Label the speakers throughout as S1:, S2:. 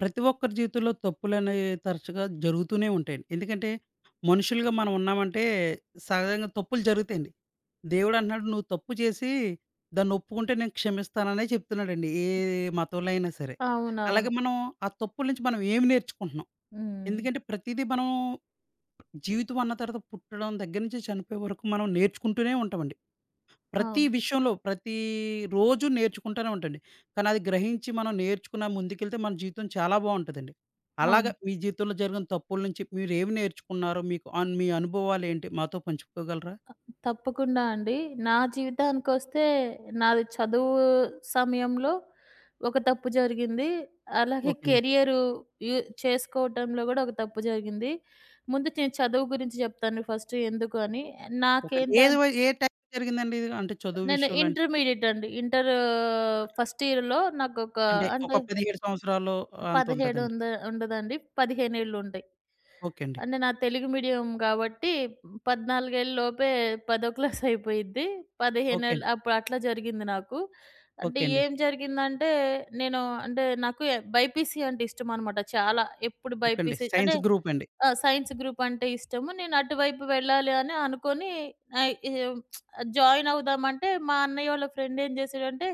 S1: ప్రతి ఒక్కరి జీవితంలో తప్పులనేవి తరచుగా జరుగుతూనే ఉంటాయండి. ఎందుకంటే, మనుషులుగా మనం ఉన్నామంటే సహజంగా తప్పులు జరుగుతాయండి. దేవుడు అంటున్నాడు, "నువ్వు తప్పు చేసి దాన్ని ఒప్పుకుంటే నేను క్షమిస్తాననే" చెప్తున్నాడండి. ఏ మతంలో అయినా సరే. అలాగే
S2: అవునవును.
S1: మనం ఆ తప్పుల నుంచి మనం ఏమి నేర్చుకుంటున్నాం?
S2: హ్మ్.
S1: ఎందుకంటే ప్రతీదీ మనం జీవితం అన్న తర్వాత పుట్టడం దగ్గర నుంచి చనిపోయే వరకు మనం నేర్చుకుంటూనే ఉంటామండి. ప్రతి
S2: అవును.
S1: విషయంలో, ప్రతి రోజు నేర్చుకుంటానే ఉంటాండి. కానీ అది గ్రహించి మనం నేర్చుకున్న ముందుకెళ్తే మన జీవితం చాలా బావుంటదండి. అలాగా
S2: అవును.
S1: మీ జీవితంలో జరిగిన తప్పుల నుంచి మీరేమి నేర్చుకున్నారో, మీకు మీ అనుభవాలేంటి మాతో పంచుకోగలరా?
S2: అ తప్పకుండా అండి. నా జీవితానికొస్తే నాది చదువు సమయంలో ఒక తప్పు జరిగింది. అలాగే
S1: ఓకే అండి.
S2: కెరియరు యు చేసుకోవటంలో గూడా ఒక తప్పు జరిగింది. ముందు నేను చదువు గురించి జెప్తాను ఫస్ట్ ఎందుకు అని.
S1: ఓ ఓకే అండి.
S2: నాకేంటం
S1: ఏది ఏ టైంలో జరిగిందండి ఇది? అంటే చదువు
S2: నేను
S1: విషయంలో అంటే,
S2: ఇంటర్మీడియేట్ అండి. ఇంటరు ఫస్ట్ ఇయర్‌లో నాకొక
S1: అంటే ఒక
S2: అంటే
S1: 17 సంవత్సరాలు అంత
S2: 17
S1: ఉంటదండి.
S2: ఉండదండి. 15 ఏళ్ళుంటాయి.
S1: ఓకే అండి.
S2: అంటే నాది తెలుగు మీడియం గాబట్టి 14 ఏళ్ళ లోపే పదో క్లాస్ అయిపోయిద్ది. 15
S1: ఓకే
S2: ఏళ్ళు
S1: అండి.
S2: అప్పుడు అట్లా జరిగింది నాకు. అంటే
S1: ఓకే అండి.
S2: ఏం జరిగిందంటే, నేను అంటే నాకు బైపీసీ అంటే ఇష్టమనమాట చాలా. ఎప్పుడు
S1: ఓకే అండి.
S2: బైపీసీ అంటే
S1: సైన్స్ గ్రూప్ అండి.
S2: ఆ, సైన్స్ గ్రూప్ అంటే ఇష్టము. నేను అటువైపు వెళ్ళాలి అని అనుకోని ఆహ్, ఈ జాయిన్ అవుదామంటే మా అన్నయ్య వాళ్ళ ఫ్రెండ్ ఏం చేసాడంటే,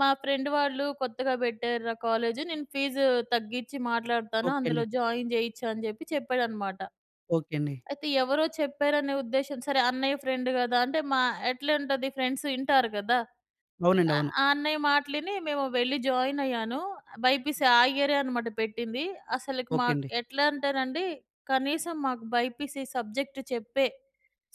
S2: మా ఫ్రెండ్ వాళ్ళు కొత్తగా పెట్టారురా కాలేజ్. నేను ఫీజు తగ్గించి మాట్లాడతాను.
S1: ఓకే అండి.
S2: అందులో జాయిన్ చేయిచ్చు అని చెప్పాడనమాట.
S1: ఓకే అండి.
S2: అయితే ఎవరో చెప్పారనే ఉద్దేశ్యం సరే అన్నయ్య ఫ్రెండ్ కదా! అంటే మా ఎట్లుంటది ఫ్రెండ్స్ వింటారు కదా! ఇంగ
S1: అవునండి, అవును.
S2: ఆ అన్నయ్య మాటలు ఇని మేము వెళ్లి జాయిన్ అయ్యాను. బైపీసీ ఆ ఇయరే అనమాట పెట్టింది. అసలకి
S1: ఓకే
S2: మాకు
S1: అండి.
S2: ఎట్లా అంటేనండి, కనీసం మాకు బైపీసీ సబ్జెక్ట్ చెప్పే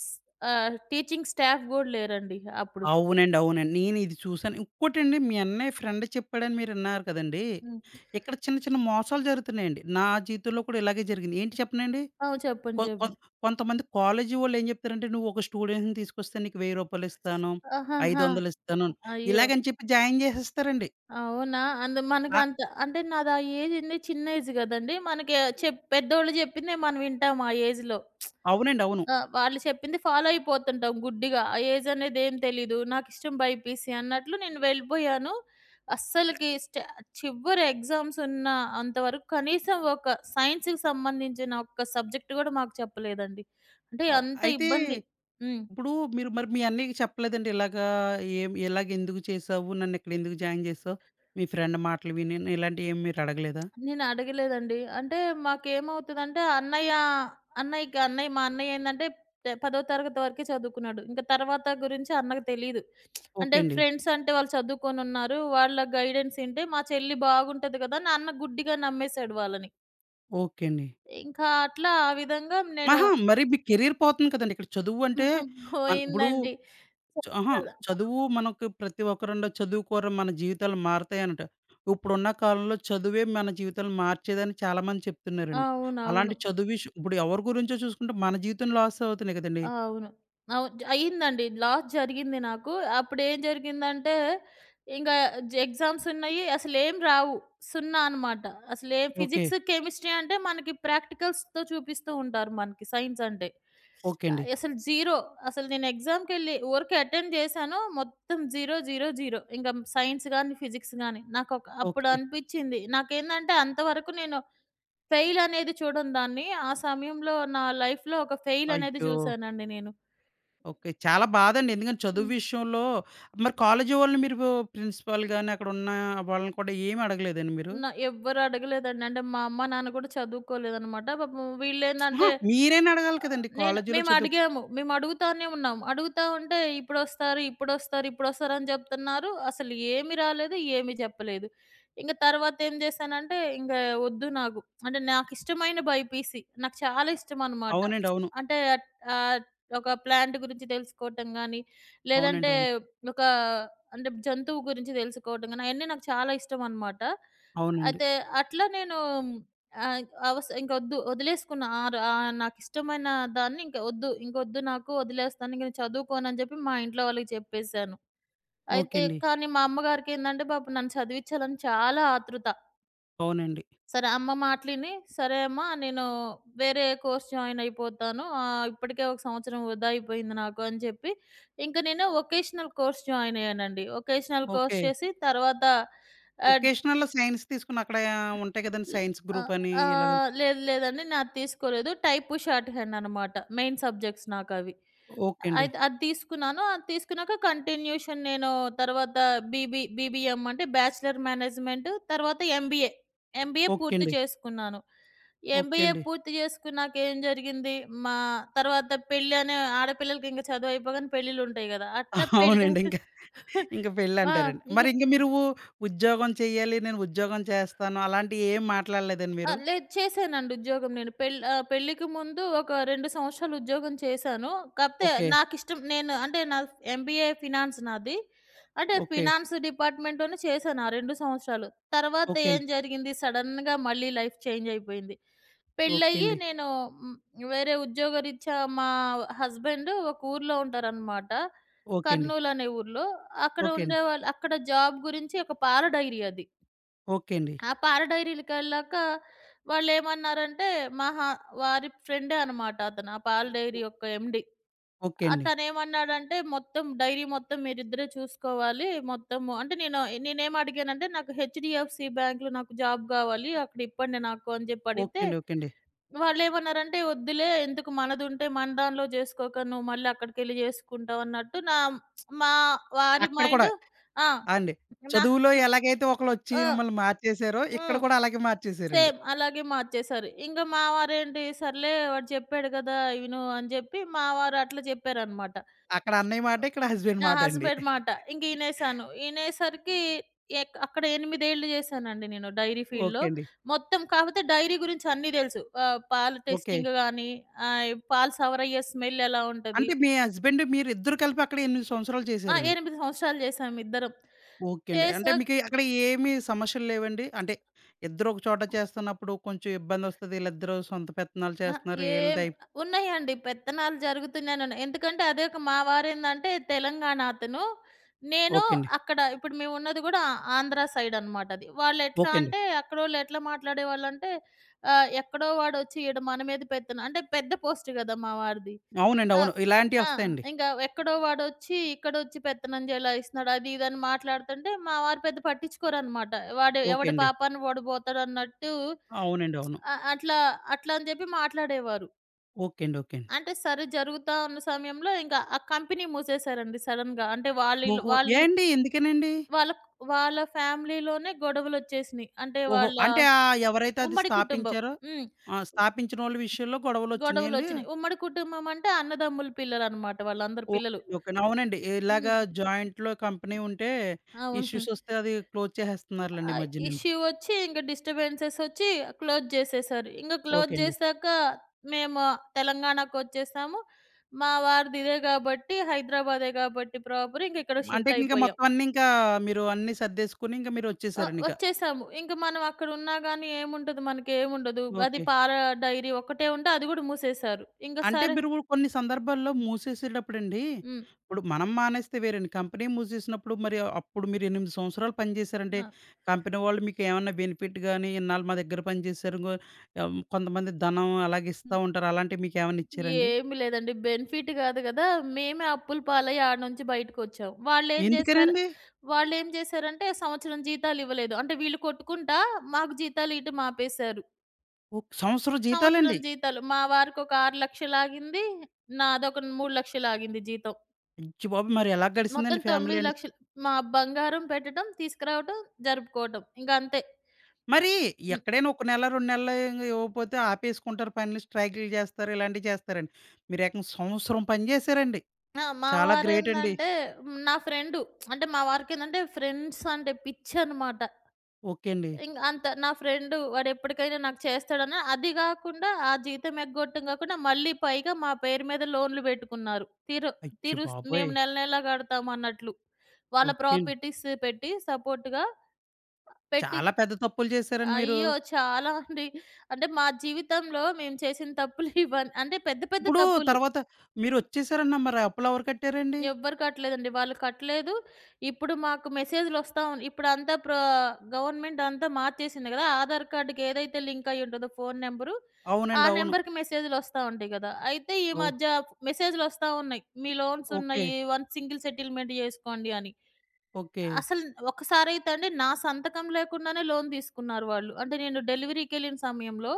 S2: స్ టీచింగ్ స్టాఫ్ గూడా లేరండి అప్పుడు.
S1: అవునండి, అవునండి. నేను ఇది చూసాను. ఇంకోటండి మీ అన్నయ్య ఫ్రెండ్ చెప్పాడని మీరన్నారు కదండీ!
S2: హ్మ్.
S1: ఇక్కడ చిన్న చిన్న మోసాలు జరుగుతున్నాయండి. నా జీవితంలో కూడా ఇలాగే జరిగింది. ఏంటి చెప్పనాండి?
S2: అవును. చెప్పండి.
S1: కొ కొ
S2: చెప్పండి.
S1: కొంతమంది కాలేజీ వోళ్ళేం చెప్తారంటే, "నువ్వు ఒక స్టూడెంట్‌ని తీసుకొస్తే నీకు రూ. 1000 ఇస్తాను,
S2: ఆహాహా!
S1: 500 ఇస్తాను"
S2: అయ్యో!
S1: ఇలాగని చెప్పి జాయిన్ చేసేస్తారండి.
S2: అవునా! అందు
S1: ఆ!
S2: మనకంత అంటే నాది ఆ ఏజ్ ఏంది చిన్న ఏజ్ గదండీ. మనకి పెద్దోళ్ళు జెప్పిందే మనం వింటాం ఆ ఏజ్‌లో.
S1: అవునండి, అవును.
S2: ఆ! వాళ్ళు చెప్పింది ఫాలో అయిపోతుంటాం గుడ్డిగా. ఆ ఏజ్ అనేదేం తెలీదు. నాకిష్టం బైపీసీ అన్నట్లు నేను వెళ్ళిపోయాను. అస్సలకి స్ట చివరి ఎగ్జామ్స్ ఉన్న అంతవరకు కనీసం ఒక సైన్స్‌కి సంబంధించిన ఒక్క సబ్జెక్ట్ గూడా మాకు చెప్పలేదండి. అంటే అంత
S1: అయితే
S2: ఇబ్బంది. హ్మ్.
S1: ఇప్పుడు మీరు మరి మీ అన్నయ్యకి చెప్పలేదండి ఇలాగా ఏం ఇలాగ ఎందుకు చేసావు? నన్నిక్కడ ఎందుకు జాయిన్ చేసావు? మీ ఫ్రెండ్ మాటలు విని ఇలాంటివి ఏమి మీరు అడగలేదా?
S2: నేను అడగలేదండి. అంటే మాకేమవుతదంటే అన్నయ్య అన్నయ్యకి అన్నయ్య మా అన్నయ్య ఏందంటే 10వ తరగతి వరకే చదువుకున్నాడు. ఇంక తర్వాత గురించి అన్నకి తెలీదు. అంటే
S1: ఓకే అండి.
S2: ఫ్రెండ్స్ అంటే వాళ్ళు చదువుకొనున్నారు. వాళ్ళ గైడెన్స్ ఇంటే మా చెల్లి బాగుంటది కదా! అని అన్న గుడ్డిగా నమ్మేసాడు వాళ్ళని.
S1: ఓకే అండి.
S2: ఇంకా అట్లా ఆ విధంగా నేను
S1: అహా! మరి మీ కెరీర్ పోతుంది కదండీ! ఇక్కడ చదువు అంటే ఇప్పుడు
S2: పోయిందండి.
S1: అహా! చదువు మనకు ప్రతి ఒక్కరంలో చదువుకోరా మన జీవితాలు మారతాయి అనట. ఇప్పుడున్న కాలంలో చదువే మన జీవితాలను మార్చేదని చాలామంది చెప్తున్నారండి. అలాంటి
S2: అవునవును.
S1: చదువు విషయం ఇప్పుడు ఎవరి గురించో చూసుకుంటే మన జీవితం లాస్ అవుతున్నాయి కదండీ!
S2: అవును. అవును. అయిందండి. లాస్ జరిగింది నాకు. అప్పుడేం జరిగిందంటే, ఇంగా జ ఎగ్జామ్స్ ఉన్నాయి. అసలేం రావు. సున్నా అనమాట. అసలేం
S1: ఓకే.
S2: ఫిజిక్స్, కెమిస్ట్రీ అంటే మనకి ప్రాక్టికల్స్‌తో చూపిస్తూ ఉంటారు మనకి సైన్స్ అంటే.
S1: ఓకే అండి.
S2: అసలు జీరో. అసలు నేను ఎగ్జామ్‌కెళ్ళి ఊరికే అటెండ్ చేశాను. మొత్తం జీరో, జీరో, జీరో. ఇంక సైన్స్ గాని, ఫిజిక్స్ గాని. నాకొక అప్పుడు
S1: ఓకే.
S2: అనిపిచ్చింది. నాకేందంటే అంతవరకు నేను ఫెయిల్ అనేది చూడను దాన్ని. ఆ సమయంలో నా లైఫ్‌లో ఒక ఫెయిల్ అనేది
S1: అయ్యో!
S2: చూశానండి నేను.
S1: ఓకే. చాలా బాదండి. ఎందుకంటే చదువు
S2: హ్మ్.
S1: విషయంలో మరి కాలేజీ వాళ్ళని మీరు ప్రిన్సిపాల్ గాని అక్కడున్న వాళ్ళని కూడా ఏమి అడగలేదండి మీరు?
S2: ఎవ్వరు అడగలేదండి. అంటే మా అమ్మ, నాన్న కూడా చదువుకోలేదనమాట. పాపం
S1: అహా!
S2: వీళ్ళేందంటే
S1: మీరైనా అడగాలి కదండీ! కాలేజీలో చదువు
S2: మేమడిగాము. మేమడుగుతానే ఉన్నాం. అడుగుతా ఉంటే ఇప్పుడొస్తారు, ఇప్పుడొస్తారు, ఇప్పుడొస్తారు అని జెప్తున్నారు. అసలు ఏమి రాలేదు, ఏమి చెప్పలేదు. ఇంక తర్వాతేం జేశానంటే, ఒద్దు నాకు. అంటే నాకిష్టమైన బైపీసీ. నాకు చాలా ఇష్టమనమాట.
S1: అవునండి, అవును.
S2: అంటే అట్ ఆహ్, ఒక ప్లాంట్ గురించి తెలుసుకోవటం గానీ,
S1: అవునండి,
S2: లేదంటే
S1: అవును.
S2: ఒక అంటే జంతువు గురించి తెలుసుకోవటం గానీ, అయన్నీ నాకు చాలా ఇష్టమనమాట.
S1: అవునండి.
S2: అయితే అట్లా నేను ఆ! అవస్ ఇంకొద్దు వదిలేసుకున్నా. ఆరు ఆ నాకిష్టమైన దాన్ని ఇంక వద్దు. ఇంకొద్దు నాకు వదిలేస్తాను. ఇంక నేను చదువుకోనని చెప్పి మా ఇంట్లో వాళ్ళకి చెప్పేసాను.
S1: ఓకే
S2: అయితే
S1: అండి.
S2: కానీ మా అమ్మగారికేందంటే పాపం నన్ను చదివిచ్చాలని చాలా ఆతృత.
S1: అవునండి.
S2: సరే అమ్మ మాటలిని, "సరే అమ్మా నేను వేరే కోర్స్ జాయిన్ అయిపోతాను. ఇప్పటికే ఒక సంవత్సరం వృధా అయిపోయింది నాకు" అని చెప్పి ఇంక నేను వొకేషనల్ కోర్స్ జాయిన్ అయ్యానండి. Vocational course
S1: okay.
S2: చేసి తర్వాత ఆహ్
S1: వొకేషనల్‌లో సైన్స్ తీసుకున్న అక్కడ ఉంటాయి కదండీ!
S2: హ్మ్.
S1: సైన్స్ గ్రూప్
S2: ఆహ్,
S1: అని ఇలాగని.
S2: ఆహ్, లేదు లేదండి. నాది తీసుకోలేదు. టైపు, షార్ట్ హ్యాండ్ అనమాట. మెయిన్ సబ్జెక్ట్స్ నాకవి.
S1: ఓకే అండి.
S2: అయితే అది తీసుకున్నాను. అది తీసుకున్నాక కంటిన్యూషన్ నేను తర్వాత బీబీఎం అంటే బ్యాచిలర్ మేనేజ్మెంట్ తర్వాత ఎంబీఏ. ఎంబీఏ
S1: ఓకే
S2: పూర్తి
S1: అండి.
S2: చేసుకున్నాను.
S1: ఓకే
S2: ఎంబీఏ
S1: అండి.
S2: పూర్తి చేసుకున్నాక ఏం జరిగింది, మా తర్వాత పెళ్లి అనే ఆడపిల్లలకి ఇంక చదువు అయిపోగానే పెళ్ళిళ్ళుంటాయి గదా! అట్లా పెళ్లి
S1: అవునండి. ఇంకా, ఇంకా
S2: ఆ!
S1: పెళ్ళంటారండి.
S2: ఇంక
S1: మరి ఇంక మీరు ఉద్యోగం చేయాలి, నేను ఉద్యోగం చేస్తాను అలాంటివి ఏం మాట్లాడలేదండి
S2: ఆ!
S1: మీరు?
S2: లేదు చేశానండి ఉద్యోగం నేను. పెళ్ళికి ముందు ఒక 2 సంవత్సరాలు ఉద్యోగం చేశాను. కాకపోతే
S1: ఓకే.
S2: నాకిష్టం నేను అంటే నా ఎంబీఏ ఫినాన్స్ నాది. అంటే
S1: ఓకే.
S2: ఫినాన్స్ డిపార్ట్‌మెంట్‌లోనే చేశాను ఆ 2 సంవత్సరాలు. తర్వాత
S1: ఓకే
S2: ఏం
S1: అండి.
S2: జరిగింది సడెన్‌గా మళ్ళీ లైఫ్ చేంజ్ అయిపోయింది.
S1: ఓకే
S2: పెళ్ళయ్యి
S1: అండి.
S2: నేను హ్మ్, వేరే ఉద్యోగరీత్యా మా హస్బెండ్ ఒక ఊర్లో ఉంటారనమాట.
S1: ఓకే అండి.
S2: కర్నూలు అనే ఊర్లో. అక్కడ
S1: ఓకే అండి.
S2: ఉండేవాళ్ళు అక్కడ జాబ్ గురించి ఒక పాల డైరీ అది.
S1: ఓకే అండి.
S2: ఆ పాల డైరీలకెళ్ళాక వాళ్ళేమన్నారంటే, మహా వారి ఫ్రెండే అనమాట అతను. ఆ పాల
S1: ఓ
S2: డైరీ యొక్క ఎండీ.
S1: ఓకే అండి.
S2: అతనేమన్నాడంటే, "మొత్తం డైరీ మొత్తం మీరిద్దరే చూసుకోవాలి. మొత్తము" అంటే నేను అడిగానంటే, "నాకు హెచ్‌డీఎఫ్‌సీ బ్యాంక్‌లో నాకు జాబ్ గావాలి. అక్కడ ఇప్పండి నాకు" అని జెప్పి
S1: ఓకే
S2: అడిగితే,
S1: అండి. ఓకే అండి.
S2: వాళ్ళేమన్నారంటే, "వద్దులే ఎందుకు మనదుంటే మన దానిలో జేసుకోక నువ్వు మళ్ళీ అక్కడికెళ్ళి జేసుకుంటావు" అన్నట్టు నా మా వారి
S1: అక్కడ కూడా
S2: మైండ్ ఆ!
S1: ఆ! అండి.
S2: నా
S1: చదువులో ఎలాగైతే ఒకళ్ళొచ్చి
S2: ఆ!
S1: మిమ్మల్ని మార్చేసారో, ఇక్కడ
S2: హ్మ్.
S1: కూడా అలాగే మార్చేసారండి.
S2: సేమ్ అలాగే మార్చేశారు. ఇంకా మా వారేంటి సర్లే వాడు చెప్పాడు కదా! విను అని చెప్పి మా వారు అట్లా చెప్పారనమాట.
S1: అక్కడ అన్నయ్య మాట,
S2: ఓకే.
S1: ఇక్కడ హస్బెండ్
S2: నా
S1: మాట అండి.
S2: హస్బెండ్ మాట. ఇంక ఇనేశాను. ఇనేసరికి అక్కడ 8 ఏళ్ళు చేశానండి నేను డైరీ ఫీల్డ్‌లో.
S1: ఓకే అండి.
S2: మొత్తం కాకపోతే డైరీ గురించి అన్నీ తెలుసు. పాలు
S1: ఓకే.
S2: టెస్టింగ్ గాని, పాలు సవరయ్యే స్మెల్ ఎలా ఉంటది.
S1: అంటే మీ హస్బెండ్ మీరిద్దరూ కలిపి అక్కడ 8 సంవత్సరాలు
S2: ఆ!
S1: చేశారండి.
S2: 8 సంవత్సరాలు చేశాం ఇద్దరం.
S1: ఓకే అండి. అంటే
S2: చేశాక
S1: మీకు అక్కడ ఏమి సమస్యలు లేవండి? అంటే ఇద్దరు ఒక చోట చేస్తున్నప్పుడు కొంచెం ఇబ్బందొస్తది. వీళ్ళిద్దరూ సొంత పెత్తనాలు
S2: ఆ!
S1: చేస్తున్నారు.
S2: ఏం
S1: ఈళ్ళది అయి
S2: ఉన్నాయండి. పెత్తనాలు జరుగుతున్నానే ఉన్నాయి. ఎందుకంటే అదే ఒక మా వారేందంటే తెలంగాణ అతను. నేను
S1: ఓకే అండి.
S2: అక్కడ ఇప్పుడు మేమున్నది గూడా ఆంధ్ర సైడ్ అన్నమాట అది. వాళ్ళెట్లా
S1: ఓకే అండి.
S2: అంటే అక్కడోళ్ళు ఎట్లా మాట్లాడేవాళ్ళంటే ఎక్కడో వాడొచ్చి ఈడ మన మీద పెత్తనం అంటే పెద్ద పోస్ట్ గదా! మా వారిది.
S1: అవునండి,
S2: ఆ!
S1: అవును.
S2: ఆ!
S1: ఇలాంటియొస్తాయండి.
S2: ఇంకా ఎక్కడో వాడొచ్చి ఇక్కడొచ్చి పెత్తనం జేయలా ఇస్తున్నాడు. అది ఇదని మాట్లాడుతుంటే మా వారు పెద్ద పట్టించుకోరన్నమాట. వాడు
S1: ఓకే
S2: ఎవడి
S1: అండి.
S2: పాపాన వాడు బోతాడన్నట్టు
S1: అవునండి, అవును.
S2: అ అట్లా అట్లా అని జెప్పి మాట్లాడేవారు.
S1: ఓకే అండి. ఓకే అండి.
S2: అంటే సరే జరుగుతా ఉన్న సమయంలో ఇంకా ఆ కంపెనీ మూసేశారండి సడెన్‌గా. అంటే వాళ్ళిల్
S1: ఓహో! ఏ
S2: వాళ్ళి
S1: అండి? ఎందుకనండి?
S2: వాళ్ళ ఇల్లు- వాళ్ళ వాళ్ళ ఫ్యామిలీలోనే గొడవలొచ్చేసినియి. అంటే
S1: ఓహో!
S2: వాళ్ళ
S1: అంటే ఎవరైతే అది
S2: ఉమ్మడి కుటుంబం.
S1: స్థాపించారో
S2: హ్మ్.
S1: ఆ! స్థాపించినోళ్ళ విషయంలో గొడవలొచ్చినియండి?
S2: గొడవలొచ్చినియి. ఉమ్మడి కుటుంబం అంటే అన్నదమ్ముల పిల్లలనమాట వాళ్ళందరూ
S1: ఓకే.
S2: పిల్లలు.
S1: ఓకే. అవునండి. ఇలాగా
S2: హ్మ్.
S1: జాయింట్‌లో కంపెనీ ఉంటే
S2: అవును.
S1: ఇష్యూసొస్తే అది క్లోజ్ చేసేస్తున్నారులెండి ఈ మధ్యనండి.
S2: ఇష్యూ ఒచ్చి ఇంక డిస్టర్బెన్సెస్ ఒచ్చి క్లోజ్ జేసేశారు. ఇంక క్లోజ్
S1: ఓకే అండి.
S2: జేశాక మేము తెలంగాణకొచ్చేసాము. మా వారిది ఇదే గాబట్టి హైదరాబాదే గాబట్టి ప్రాపర్ ఇంకిక్కడ
S1: అంటే
S2: షిఫ్ట్
S1: ఇంక
S2: అయిపోయాం.
S1: మొత్తం అన్నీ ఇంకా మీరు అన్నీ సర్దేసుకొని ఇంక
S2: ఆ!
S1: మీరొచ్చేసారండిక.
S2: వచ్చేసాము. ఇంక మనం అక్కడున్నా గాని ఏముంటది మనకేముండదు. అది
S1: ఓకే.
S2: పాల డైరీ ఒక్కటే ఉంటే అది గూడా మూసేశారు. ఇంక
S1: అంటే
S2: సరే
S1: మీరు కొన్ని సందర్భాల్లో మూసేసేటప్పుడండి,
S2: హ్మ్.
S1: ఇప్పుడు మనం మానేస్తే వేరండి. కంపెనీ మూసేసినప్పుడు మరి అప్పుడు మీరు 8 సంవత్సరాలు పనిచేశారంటే,
S2: ఆ!
S1: కంపెనీ వాళ్ళు మీకు ఏమన్నా బెనిఫిట్ గాని, ఇన్నాళ్ళు మా దగ్గర పనిచేశారు, కొంతమంది ధనం అలాగే ఇస్తా
S2: హ్మ్.
S1: ఉంటారు. అలాంటివి మీకేమన్నా ఇచ్చారండి?
S2: ఏమి లేదండి. బెనిఫిట్ గాదు గదా! మేమే అప్పుల పాలై ఆడ నుంచి బయటకొచ్చాం.
S1: ఎందుకనండి?
S2: వాళ్ళేం జేశారంటే సంవత్సరం జీతాలివ్వలేదు. అంటే వీళ్ళు కొట్టుకుంటా మాకు జీతాలు ఇయటం ఆపేశారు.
S1: ఓహ్! సంవత్సరం
S2: సంవత్సరం
S1: జీతాలండి.
S2: జీతాలు మా వారికొక 6,00,000 ఆగింది. నాదొక 3,00,000 ఆగింది జీతం.
S1: అయ్య బాబోయ్! మరి ఎలా గడిసిందండి
S2: మొత్తం
S1: ఫ్యామిలీ అండ్
S2: 9,00,000 మా బంగారం పెట్టడం, తీసుకురావటం, జరుపుకోవటం. ఇంక అంతే.
S1: మరి
S2: హ్మ్.
S1: ఎక్కడైనా ఒక నెల, 2 నెలలు ఇంక ఇవ్వకపోతే ఆపేసుకుంటారు పనులు, స్ట్రైకులు చేస్తారు, ఇలాంటివి చేస్తారండి. మీరేకంగా సంవత్సరం పని చేశారండి.
S2: ఆ! మా
S1: చాలా గ్రేట్ అండి.
S2: వారేందంటే హ్మ్, నా ఫ్రెండు అంటే మా వారికేందంటే ఫ్రెండ్స్ అంటే పిచ్చనమాట.
S1: ఓకే అండి.
S2: ఇంక అంత నా ఫ్రెండు వాడెప్పటికైనా నాకు చేస్తాడని అది గాకుండా ఆ జీతం ఎగ్గొట్టం గాకుండా మళ్ళీ పైగా మా పేరు మీద లోన్‌లు బెట్టుకున్నారు. తీరు
S1: అయ్య
S2: తీరుస్
S1: బాబోయ్!
S2: మేము నెల నెలా గడతామన్నట్లు. వాళ్ళ
S1: ఓకే అండి.
S2: ప్రాపర్టీస్ పెట్టి సపోర్ట్‌గా పెట్టి
S1: చాలా పెద్ద తప్పులు చేశారండి మీరు.
S2: అయ్యో! చాలా అండి. అంటే మా జీవితంలో మేము చేసిన తప్పులు అంటే పెద్ద పెద్ద
S1: ఇప్పుడు
S2: తప్పులు.
S1: తర్వాత మీరొచ్చేసారన్నా మరి అప్పులెవరు కట్టారండి?
S2: ఎవ్వరు కట్టలేదండి. వాళ్ళు కట్టలేదు. ఇప్పుడు మాకు మెసేజ్‌లొస్తా ఉన్ ఇప్పుడంతా గవర్నమెంట్ అంతా మార్చేసింది గదా! ఆధార్ కార్డ్‌కి ఏదైతే లింక్ అయ్యి ఉంటదో ఫోను నంబరు, ఆ
S1: అవునండి, అవును.
S2: నంబర్‌కి మెసేజ్‌లొస్తా ఉంటాయి గదా! అయితే ఈ
S1: ఓహ్!
S2: మధ్య మెసేజ్‌లొస్తా ఉన్నాయి. మీ లోన్స్
S1: ఓకే.
S2: ఉన్నాయి. వన్స్ సింగిల్ సెటిల్‌మెంట్ జేసుకోండి అని.
S1: ఓకే.
S2: అసలు ఒక్కసారైతే అండి నా సంతకం లేకుండానే లోన్ తీసుకున్నారు వాళ్ళు. అంటే నేను డెలివరీకెళ్ళిన సమయంలో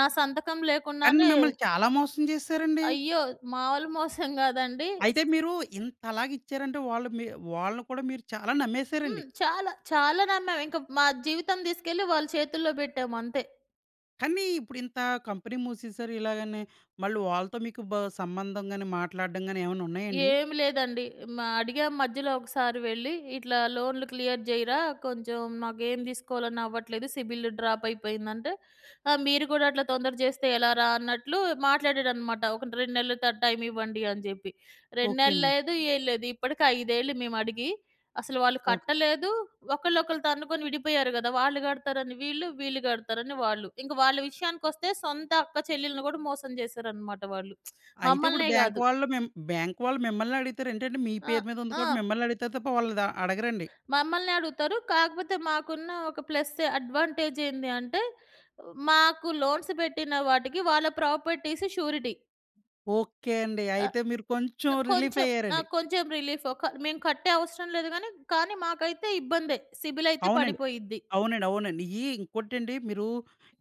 S2: నా సంతకం
S1: కానీ
S2: లేకుండానే
S1: మిమ్మల్ని చాలా మోసం చేశారండి.
S2: అయ్యో! మామూలు మోసం కాదండి.
S1: అయితే మీరు ఇంతలాగిచ్చారంటే వాళ్ళు మీ వాళ్ళని కూడా మీరు చాలా నమ్మేశారండి.
S2: హ్మ్. చాలా చాలా నమ్మాం. ఇంక మా జీవితం తీసుకెళ్ళి వాళ్ళ చేతుల్లో పెట్టాము అంతే.
S1: కానీ ఇప్పుడు ఇంత కంపెనీ మూసేశారు ఇలాగని మళ్ళీ వాళ్ళతో మీకు సంబంధం గాని, మాట్లాడడం గాని ఏమన్నా ఉన్నాయండి?
S2: ఏమి లేదండి. మా అడిగాం మధ్యలో ఒకసారి వెళ్లి, "ఇట్లా లోన్‌లు క్లియర్ జేయరా, కొంచెం మాకేం తీసుకోవాలన్నా అవ్వట్లేదు. సిబిల్ డ్రాప్ అయిపోయిందంటే," "ఆ! మీరు కూడా అట్లా తొందర జేస్తే ఎలారా?" అన్నట్లు మాట్లాడాడనమాట. ఒక 2 నెలలు టైం ఇవ్వండి అని జెప్పి. 2
S1: ఓకే
S2: నెలలు
S1: అండి.
S2: లేదు, ఏం లేదు. ఇప్పటికి 5 ఏళ్ళు మేమడిగి, అసలు వాళ్ళు
S1: ఓకే.
S2: కట్టలేదు. ఒకళ్ళొకళ్ళు తన్నుకొని విడిపోయారు గదా! వాళ్ళు గడతారని వీళ్ళు, వీళ్ళు గడతారని వాళ్ళు. ఇంక వాళ్ళ విషయానికొస్తే సొంత అక్క చెల్లెల్ని గూడా మోసం జేశారనమాట వాళ్ళు.
S1: అయితే ఇప్పుడు
S2: మమ్మల్నే గాదు.
S1: బ్యాంక్ వాళ్ళు మిమ్మల్ని అడుగుతారు. ఏంటంటే మీ
S2: ఆ!
S1: పేరు మీద ఉంది
S2: ఆ!
S1: కాబట్టి మిమ్మల్ని అడుగుతారు తప్ప వాళ్ళు అడగరండి.
S2: మమ్మల్నే అడుగుతారు. కాకపోతే మాకున్న ఒక ప్లస్ అడ్వాంటేజ్ ఏంది అంటే, మాకు లోన్స్ పెట్టిన వాటికి వాళ్ళ ప్రాపర్టీస్ షూరిటీ.
S1: ఓకే అండి.
S2: ఆహ్,
S1: అయితే మీరు కొంచెం రిలీఫ్
S2: కొంచెం ఆ!
S1: అయ్యారండి.
S2: కొంచెం రిలీఫ్. ఒక మేము కట్టే అవసరం లేదు గానీ, కానీ మాకైతే ఇబ్బందే. సిబిల్ అయితే
S1: అవునండి,
S2: పడిపోయిద్ది.
S1: అవునండి, అవునండి. ఈ ఇంకోటండి మీరు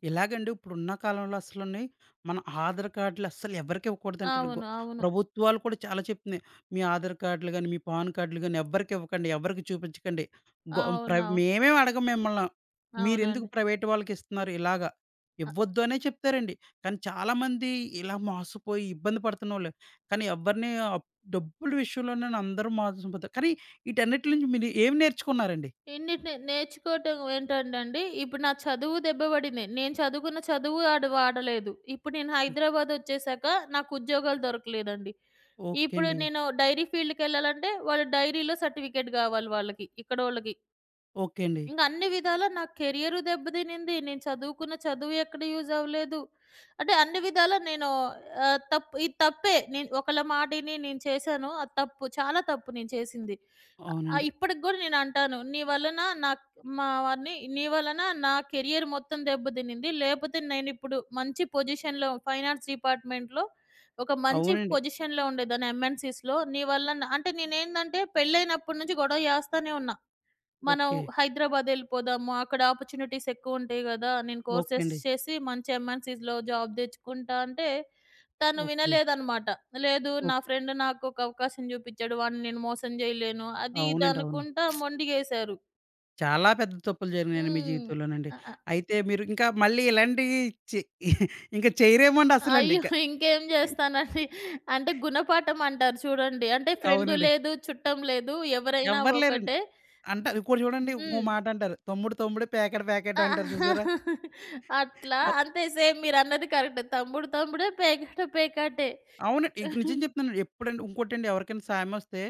S1: ఇలాగండి ఇప్పుడున్న కాలంలో అసలని మన ఆధార్ కార్డులు అస్సలు ఎవరికీ ఇవ్వకూడదంటండి.
S2: అవును. అవును.
S1: ప్రభుత్వాలు కూడా చాలా చెప్తున్నాయి. మీ ఆధార్ కార్డులు గాని, మీ పాన్ కార్డులు గాని ఎవ్వరికీ ఇవ్వకండి. ఎవరికీ చూపించకండి. గొ ప్ర
S2: అవునవును.
S1: మేమేం అడగం మిమ్మల్ని. మీరెందుకు
S2: అవునండి.
S1: ప్రైవేట్ వాళ్ళకిస్తున్నారు ఇలాగా. ఇవ్వద్దు అనే చెప్తారండి. కానీ చాలామంది ఇలా మోసపోయి ఇబ్బంది పడుతున్నోళ్ళు. కానీ ఎవ్వరిని అప్ డబ్బుల విషయంలోనే అందరూ మోసపోతారు. కానీ వీటన్నిటి నుంచి మీరు ఏం నేర్చుకున్నారండి?
S2: ఎన్నిటిని నేర్చుకోవటం ఏంటండండి, ఇప్పుడు నా చదువు దెబ్బబడింది. నేను చదువుకున్న చదువు ఆడు వాడలేదు. ఇప్పుడు నేను హైదరాబాద్ ఒచ్చేసాక నాకు ఉద్యోగాలు దొరకలేదండి.
S1: ఓకే
S2: ఇప్పుడు
S1: అండి.
S2: నేను డైరీ ఫీల్డ్‌కెళ్ళాలంటే, వాళ్ళు డైరీలో సర్టిఫికేట్ గావాలి వాళ్ళకి, ఇక్కడోళ్ళకి.
S1: ఓకే అండి.
S2: ఇంక అన్ని విధాలా నా కెరియరు దెబ్బతినింది. నేను చదువుకున్న చదువు ఎక్కడ యూజ్ అవ్వలేదు. అంటే అన్ని విధాలా నేను తప్పు ఇది తప్పే. నేను ఒకళ్ళ మాటిని నేను చేశాను. అది తప్పు. చాలా తప్పు నేను చేసింది. ఆ!
S1: అవునండి,
S2: ఇప్పటికి గూడా నేనంటాను. నీ వలన నాక్ మా వారిని నీ వలన నా కెరియర్ మొత్తం దెబ్బతినింది. లేపోతే నేనిప్పుడు మంచి పొజిషన్‌లో ఫైనాన్స్ డిపార్ట్‌మెంట్‌లో ఒక మంచి
S1: అవునండి.
S2: పొజిషన్‌లో ఉండేదాన్ని ఎంఎన్‌సీస్‌లో. నీ వల్ల న అంటే నేనేందంటే పెళ్లైనప్పటి నుంచి గొడవ జేస్తానే ఉన్నా. మనం
S1: ఓకే.
S2: హైదరాబాద్ ఎళ్ళిపోదాము. అక్కడ ఆపర్చునిటీస్ ఎక్కువుంటాయి గదా! నేను
S1: ఓకే
S2: కోర్సెస్
S1: అండి.
S2: చేసి మంచి ఎంఎన్‌సీస్‌లో జాబ్ తెచ్చుకుంటా అంటే, తను
S1: ఓకే.
S2: వినలేదనమాట. లేదు నా
S1: ఓకే.
S2: ఫ్రెండ్ నాకొక అవకాశం చూపిచ్చాడు. వాడిని నేను మోసం జేయలేను. అది ఇది
S1: అవునండి, అవును.
S2: అనుకుంటా మొండిగేశారు.
S1: చాలా పెద్ద తప్పులు జరిగినాయండి మీ
S2: హ్మ్.
S1: జీవితంలోనండి.
S2: అ అ
S1: అయితే మీరు ఇంకా మళ్ళీ ఇలాంటివి చె ఇంక చేయరేమోండి అసలండి
S2: అయ్యో!
S1: ఇక.
S2: ఇంకేం జేస్తానండి. అంటే గుణపాఠం అంటారు చూడండి. అంటే ఫ్రెండు
S1: అవునండి.
S2: లేదు, చుట్టం లేదు ఎవరైనా
S1: ఎవ్వరు లేరండి.
S2: ఒకటే.
S1: అంటారు. ఇంకోటి చూడండి ఇంకో
S2: హ్మ్.
S1: మాట అంటారు. తమ్ముడు తమ్ముడు, పేకాట పేకాట
S2: ఆ!
S1: అంటారు చూసారా?
S2: అట్లా అంతే సేమ్ మీరన్నది కరెక్టే. తమ్ముడు తమ్ముడే, పేకాట పేకాటే.
S1: అవునండి. ఇక నిజం చెప్తున్నానండి. ఎప్పుడండి ఇంకోటండి ఎవరికైనా సాయమొస్తే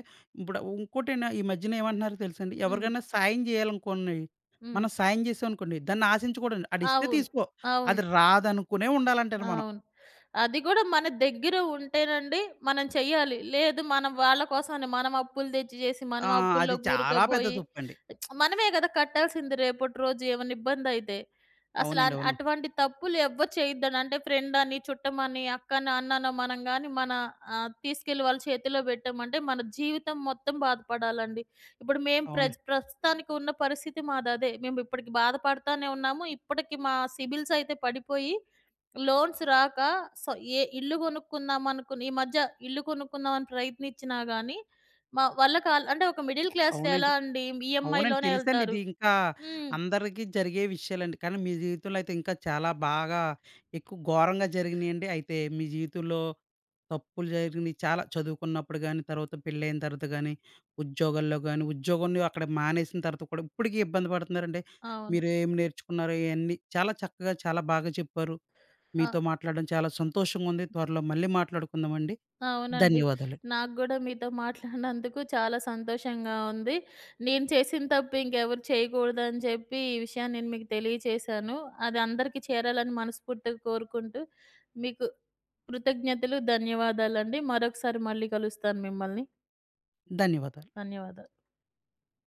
S1: ఇప్పుడు ఇంకోటండి ఈ మధ్యన ఏమంటున్నారో తెలుసండి?
S2: హ్మ్.
S1: ఎవరికైనా సాయం చేయాలనుకోండి,
S2: హ్మ్.
S1: మనం సాయం చేసామనుకోండి, దాన్ని ఆశించకూడదండి. ఆడిస్తే
S2: అవును.
S1: తీసుకో, అది
S2: అవును.
S1: రాదనుకునే ఉండాలంటండి మనం.
S2: అవును. అది గూడా మన దగ్గర ఉంటేనండి మనం చెయ్యాలి. లేదు మనం వాళ్ళ కోసమని మనం అప్పులు తెచ్చి జేసి,
S1: ఆ!
S2: మనం
S1: అది
S2: అప్పుల్లో
S1: చాలా పెద్ద
S2: కూరుకుపోయి
S1: తప్పండి.
S2: మనమే గదా కట్టాల్సింది రేపటి రోజు ఏమన్నా ఇబ్బందైతే. అసల
S1: అవునండి,
S2: అన్
S1: అవును.
S2: అటువంటి తప్పులు ఎవ్వరు చేయొద్దని. అంటే ఫ్రెండని, చుట్టమని, అక్కనో, అన్ననో మనం గాని మన తీసుకెళ్ళి వాళ్ళ చేతిలో పెట్టామంటే మన జీవితం మొత్తం బాధపడాలండి. ఇప్పుడు మేము
S1: అవును.
S2: ప్రస్తుతానికి ఉన్న పరిస్థితి మాదదే. మేము ఇప్పటికి బాధపడతానే ఉన్నాము. ఇప్పటికి మా సిబిల్స్ అయితే పడిపోయి లోన్స్ రాక సో ఏ ఇల్లు కొనుక్కుందాం అనుకుని ఈ మధ్య ఇల్లు కొనుక్కుందామని ప్రయత్నిచ్చినా గానీ, మా వల్ల కాలే. అంటే ఒక మిడిల్ క్లాస్‌లో
S1: అవునండి,
S2: ఎలా అండి
S1: అవునండి.
S2: ఈఎంఐలోనే
S1: తెలుసండి.
S2: ఎళ్తారు.
S1: ఇది ఇంకా
S2: హ్మ్.
S1: అందరికీ జరిగే విషయాలండి. కానీ మీ జీవితంలో అయితే ఇంకా చాలా బాగా ఎక్కువ ఘోరంగా జరిగినియండి. అయితే మీ జీవితంలో తప్పులు జరిగినియి చాలా చదువుకున్నప్పుడు గాని, తర్వాత పెళ్ళైన తర్వాత గాని, ఉద్యోగాల్లో గాని, ఉద్యోగంలో అక్కడ మానేసిన తర్వాత కూడా ఇప్పటికి ఇబ్బంది పడుతున్నారండి.
S2: అవును.
S1: మీరు ఏం నేర్చుకున్నారో ఇయన్నీ చాలా చక్కగా, చాలా బాగా చెప్పారు.
S2: ఆ!
S1: మీతో మాట్లాడడం చాలా సంతోషంగా ఉంది. త్వరలో మళ్ళీ మాట్లాడుకుందామండి.
S2: అవునండి.
S1: ధన్యవాదాలు.
S2: నాకు గూడా మీతో మాట్లాడినందుకు చాలా సంతోషంగా ఉంది. నేను చేసిన తప్పు ఇంకెవరు చేయకూడదని చెప్పి, ఈ విషయాన్ని నేను మీకు తెలియచేశాను. అది అందరికీ చేరాలని మనస్ఫూర్తిగా కోరుకుంటూ, మీకు కృతజ్ఞతలు, ధన్యవాదాలండి. మరొకసారి మళ్ళీ కలుస్తాను మిమ్మల్ని.
S1: ధన్యవాదాలు.
S2: ధన్యవాదాలు.